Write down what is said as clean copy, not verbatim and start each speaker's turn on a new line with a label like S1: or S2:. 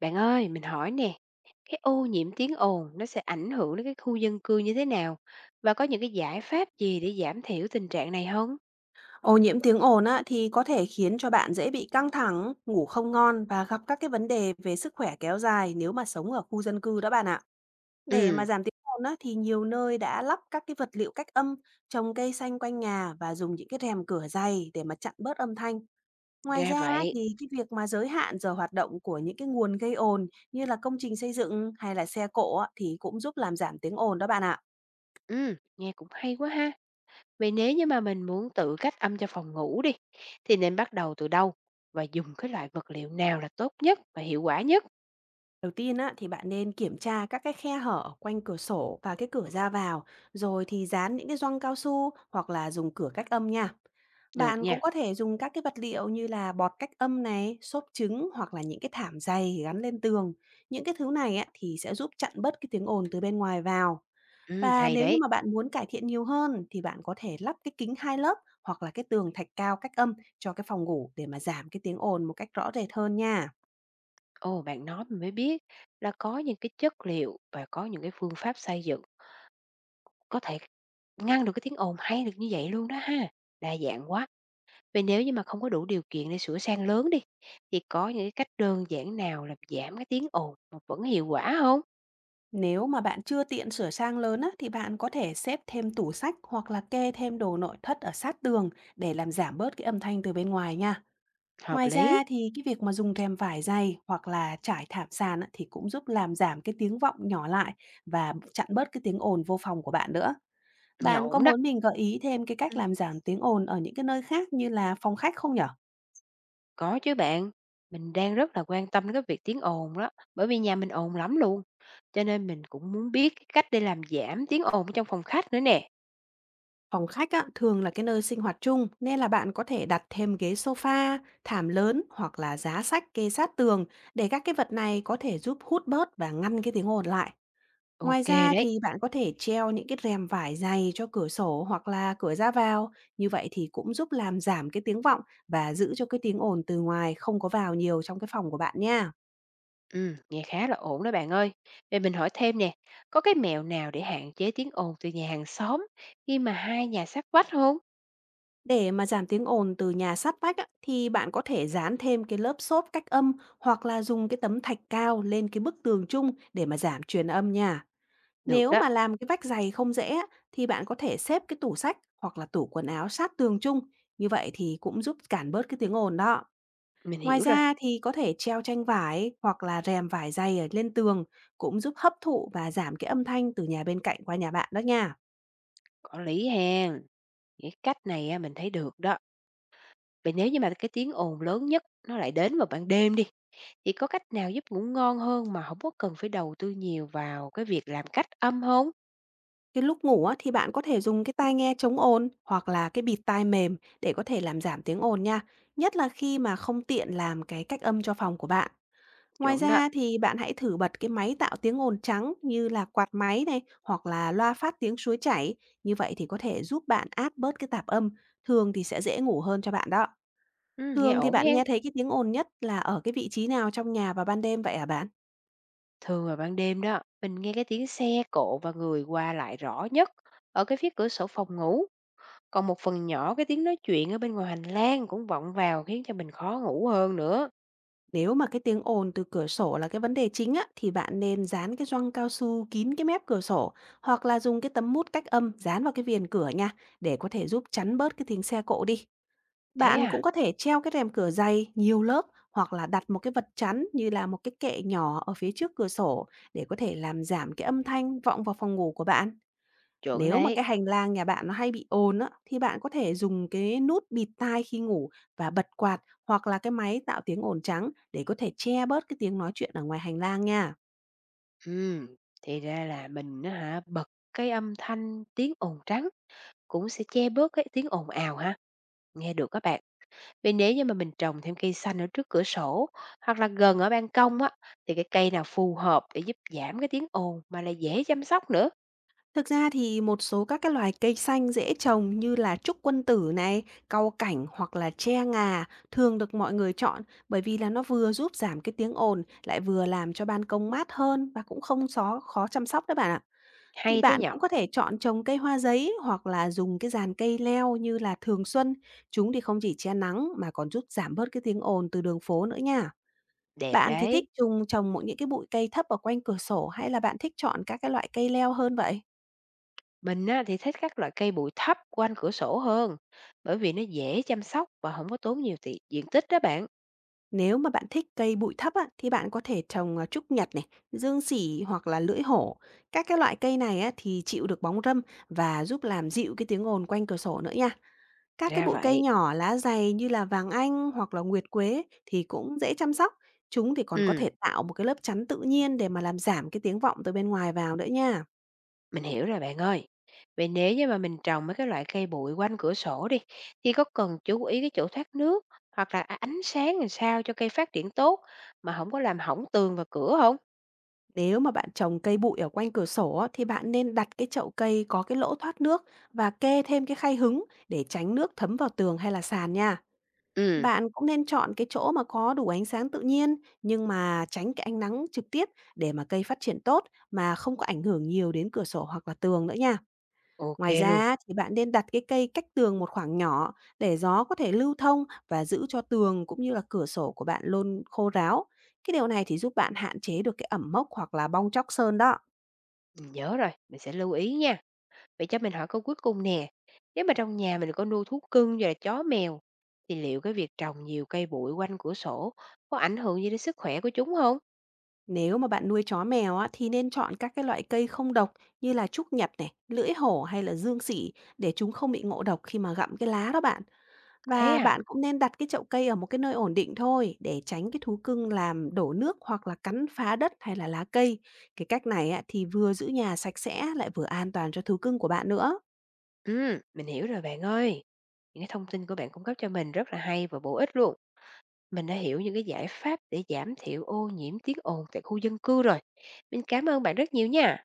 S1: Bạn ơi, mình hỏi nè, cái ô nhiễm tiếng ồn nó sẽ ảnh hưởng đến cái khu dân cư như thế nào? Và có những cái giải pháp gì để giảm thiểu tình trạng này không?
S2: Ô nhiễm tiếng ồn á, thì có thể khiến cho bạn dễ bị căng thẳng, ngủ không ngon và gặp các cái vấn đề về sức khỏe kéo dài nếu mà sống ở khu dân cư đó bạn ạ. Để mà
S1: Ừ,
S2: giảm tiếng ồn á, thì nhiều nơi đã lắp các cái vật liệu cách âm, trồng cây xanh quanh nhà và dùng những cái rèm cửa dày để mà chặn bớt âm thanh. Ngoài
S1: ra
S2: ra á,
S1: vậy.
S2: thì cái việc mà giới hạn giờ hoạt động của những cái nguồn gây ồn như là công trình xây dựng hay là xe cộ á, thì cũng giúp làm giảm tiếng ồn đó bạn ạ.
S1: Ừ, nghe cũng hay quá ha. Vậy nếu như mà mình muốn tự cách âm cho phòng ngủ đi, thì nên bắt đầu từ đâu? Và dùng cái loại vật liệu nào là tốt nhất và hiệu quả nhất?
S2: Đầu tiên á, thì bạn nên kiểm tra các cái khe hở quanh cửa sổ và cái cửa ra vào, rồi thì dán những cái gioăng cao su hoặc là dùng cửa cách âm nha.
S1: Được
S2: Bạn cũng
S1: nha.
S2: có thể dùng các cái vật liệu như là bọt cách âm này, xốp trứng hoặc là những cái thảm dày gắn lên tường. Những cái thứ này á, thì sẽ giúp chặn bớt cái tiếng ồn từ bên ngoài vào.
S1: Ừ,
S2: Và
S1: hay
S2: nếu như
S1: đấy.
S2: mà bạn muốn cải thiện nhiều hơn thì bạn có thể lắp cái kính hai lớp hoặc là cái tường thạch cao cách âm cho cái phòng ngủ để mà giảm cái tiếng ồn một cách rõ rệt hơn nha.
S1: Ồ, bạn nói mình mới biết là có những cái chất liệu và có những cái phương pháp xây dựng có thể ngăn được cái tiếng ồn hay được như vậy luôn đó ha. Đa dạng quá. Vậy nếu như mà không có đủ điều kiện để sửa sang lớn đi, thì có những cái cách đơn giản nào làm giảm cái tiếng ồn mà vẫn hiệu quả không?
S2: Nếu mà bạn chưa tiện sửa sang lớn á, thì bạn có thể xếp thêm tủ sách hoặc là kê thêm đồ nội thất ở sát tường để làm giảm bớt cái âm thanh từ bên ngoài nha.
S1: Hợp
S2: Ngoài
S1: lý,
S2: ra thì cái việc mà dùng rèm vải dày hoặc là trải thảm sàn á, thì cũng giúp làm giảm cái tiếng vọng nhỏ lại và chặn bớt cái tiếng ồn vô phòng của bạn nữa.
S1: nghe
S2: Bạn có
S1: ổn đó.
S2: muốn mình gợi ý thêm cái cách
S1: Ừ.
S2: làm giảm tiếng ồn ở những cái nơi khác như là phòng khách không nhở?
S1: Có chứ bạn, mình đang rất là quan tâm đến cái việc tiếng ồn đó, bởi vì nhà mình ồn lắm luôn. Cho nên mình cũng muốn biết cái cách để làm giảm tiếng ồn trong phòng khách nữa nè.
S2: Phòng khách á, thường là cái nơi sinh hoạt chung nên là bạn có thể đặt thêm ghế sofa, thảm lớn hoặc là giá sách kê sát tường để các cái vật này có thể giúp hút bớt và ngăn cái tiếng ồn lại. Ngoài
S1: Ok
S2: ra
S1: đấy.
S2: thì bạn có thể treo những cái rèm vải dày cho cửa sổ hoặc là cửa ra vào, như vậy thì cũng giúp làm giảm cái tiếng vọng và giữ cho cái tiếng ồn từ ngoài không có vào nhiều trong cái phòng của bạn nha.
S1: Nghe khá là ổn đó bạn ơi. Vậy mình hỏi thêm nè, có cái mẹo nào để hạn chế tiếng ồn từ nhà hàng xóm khi mà hai nhà sát vách không?
S2: Để mà giảm tiếng ồn từ nhà sát vách á, thì bạn có thể dán thêm cái lớp xốp cách âm hoặc là dùng cái tấm thạch cao lên cái bức tường chung để mà giảm truyền âm nha.
S1: Được
S2: Nếu
S1: đó,
S2: mà làm cái vách dày không dễ á, thì bạn có thể xếp cái tủ sách hoặc là tủ quần áo sát tường chung. Như vậy thì cũng giúp cản bớt cái tiếng ồn đó.
S1: mình
S2: Ngoài
S1: hiểu rồi,
S2: ra thì có thể treo tranh vải hoặc là rèm vải dày ở lên tường cũng giúp hấp thụ và giảm cái âm thanh từ nhà bên cạnh qua nhà bạn đó nha.
S1: có lý hèn. Cái cách này á, mình thấy được đó. Vậy nếu như mà cái tiếng ồn lớn nhất nó lại đến vào ban đêm đi, thì có cách nào giúp ngủ ngon hơn mà không có cần phải đầu tư nhiều vào cái việc làm cách âm không?
S2: Cái lúc ngủ á, thì bạn có thể dùng cái tai nghe chống ồn hoặc là cái bịt tai mềm để có thể làm giảm tiếng ồn nha, nhất là khi mà không tiện làm cái cách âm cho phòng của bạn. Ngoài
S1: Chuẩn đó.
S2: ra thì bạn hãy thử bật cái máy tạo tiếng ồn trắng như là quạt máy này hoặc là loa phát tiếng suối chảy, như vậy thì có thể giúp bạn át bớt cái tạp âm, thường thì sẽ dễ ngủ hơn cho bạn đó.
S1: Nghe
S2: Thường thì
S1: ổn
S2: bạn
S1: hen.
S2: nghe thấy cái tiếng ồn nhất là ở cái vị trí nào trong nhà vào ban đêm vậy hả bạn?
S1: Thường vào ban đêm đó, mình nghe cái tiếng xe cộ và người qua lại rõ nhất ở cái phía cửa sổ phòng ngủ. Còn một phần nhỏ cái tiếng nói chuyện ở bên ngoài hành lang cũng vọng vào khiến cho mình khó ngủ hơn nữa.
S2: Nếu mà cái tiếng ồn từ cửa sổ là cái vấn đề chính á, thì bạn nên dán cái gioăng cao su kín cái mép cửa sổ hoặc là dùng cái tấm mút cách âm dán vào cái viền cửa nha để có thể giúp chắn bớt cái tiếng xe cộ đi.
S1: Thế
S2: Bạn cũng
S1: à,
S2: có thể treo cái rèm cửa dày nhiều lớp hoặc là đặt một cái vật chắn như là một cái kệ nhỏ ở phía trước cửa sổ để có thể làm giảm cái âm thanh vọng vào phòng ngủ của bạn.
S1: chuẩn
S2: Nếu mà
S1: đấy.
S2: cái hành lang nhà bạn nó hay bị ồn á, thì bạn có thể dùng cái nút bịt tai khi ngủ và bật quạt hoặc là cái máy tạo tiếng ồn trắng để có thể che bớt cái tiếng nói chuyện ở ngoài hành lang nha.
S1: Ừm, thì ra là mình á hả bật cái âm thanh tiếng ồn trắng cũng sẽ che bớt cái tiếng ồn ào ha. Nghe được các bạn. Vì nếu như mà mình trồng thêm cây xanh ở trước cửa sổ hoặc là gần ở ban công á, thì cái cây nào phù hợp để giúp giảm cái tiếng ồn mà lại dễ chăm sóc nữa.
S2: Thực ra thì một số các cái loài cây xanh dễ trồng như là trúc quân tử này, cau cảnh hoặc là tre ngà thường được mọi người chọn bởi vì là nó vừa giúp giảm cái tiếng ồn lại vừa làm cho ban công mát hơn và cũng không xó khó chăm sóc đấy bạn ạ. Thì
S1: Hay thế
S2: bạn
S1: nhở?
S2: cũng có thể chọn trồng cây hoa giấy hoặc là dùng cái dàn cây leo như là thường xuân, chúng thì không chỉ che nắng mà còn giúp giảm bớt cái tiếng ồn từ đường phố nữa nha.
S1: Đẹp
S2: Bạn thì thích
S1: đấy.
S2: trồng trồng mỗi những cái bụi cây thấp ở quanh cửa sổ hay là bạn thích chọn các cái loại cây leo hơn vậy?
S1: Mình á, thì thích các loại cây bụi thấp quanh cửa sổ hơn, bởi vì nó dễ chăm sóc và không có tốn nhiều diện tích đó bạn.
S2: Nếu mà bạn thích cây bụi thấp á, thì bạn có thể trồng trúc nhật này, dương sỉ hoặc là lưỡi hổ. Các cái loại cây này á, thì chịu được bóng râm và giúp làm dịu cái tiếng ồn quanh cửa sổ nữa nha. Các cái
S1: Ra
S2: bụi cây
S1: vậy.
S2: nhỏ lá dày như là vàng anh hoặc là nguyệt quế thì cũng dễ chăm sóc. Chúng thì còn có
S1: Ừ,
S2: thể tạo một cái lớp chắn tự nhiên để mà làm giảm cái tiếng vọng từ bên ngoài vào nữa nha.
S1: mình hiểu rồi bạn ơi. Vậy nếu như mà mình trồng mấy cái loại cây bụi quanh cửa sổ đi, thì có cần chú ý cái chỗ thoát nước hoặc là ánh sáng làm sao cho cây phát triển tốt mà không có làm hỏng tường và cửa không?
S2: Nếu mà bạn trồng cây bụi ở quanh cửa sổ á, thì bạn nên đặt cái chậu cây có cái lỗ thoát nước và kê thêm cái khay hứng để tránh nước thấm vào tường hay là sàn nha.
S1: Ừ,
S2: Bạn cũng nên chọn cái chỗ mà có đủ ánh sáng tự nhiên nhưng mà tránh cái ánh nắng trực tiếp để mà cây phát triển tốt mà không có ảnh hưởng nhiều đến cửa sổ hoặc là tường nữa nha.
S1: ok
S2: Ngoài
S1: luôn.
S2: ra thì bạn nên đặt cái cây cách tường một khoảng nhỏ để gió có thể lưu thông và giữ cho tường cũng như là cửa sổ của bạn luôn khô ráo. Cái điều này thì giúp bạn hạn chế được cái ẩm mốc hoặc là bong tróc sơn đó.
S1: Mình nhớ rồi, mình sẽ lưu ý nha. Vậy cho mình hỏi câu cuối cùng nè, nếu mà trong nhà mình có nuôi thú cưng và chó mèo, thì liệu cái việc trồng nhiều cây bụi quanh cửa sổ có ảnh hưởng gì đến sức khỏe của chúng không?
S2: Nếu mà bạn nuôi chó mèo á, thì nên chọn các cái loại cây không độc như là trúc nhật này, lưỡi hổ hay là dương sỉ để chúng không bị ngộ độc khi mà gặm cái lá đó bạn.
S1: Thế
S2: Và
S1: à?
S2: bạn cũng nên đặt cái chậu cây ở một cái nơi ổn định thôi để tránh cái thú cưng làm đổ nước hoặc là cắn phá đất hay là lá cây. Cái cách này á, thì vừa giữ nhà sạch sẽ lại vừa an toàn cho thú cưng của bạn nữa.
S1: Ừ, mình hiểu rồi bạn ơi. Những cái thông tin của bạn cung cấp cho mình rất là hay và bổ ích luôn. Mình đã hiểu những cái giải pháp để giảm thiểu ô nhiễm tiếng ồn tại khu dân cư rồi. Mình cảm ơn bạn rất nhiều nha.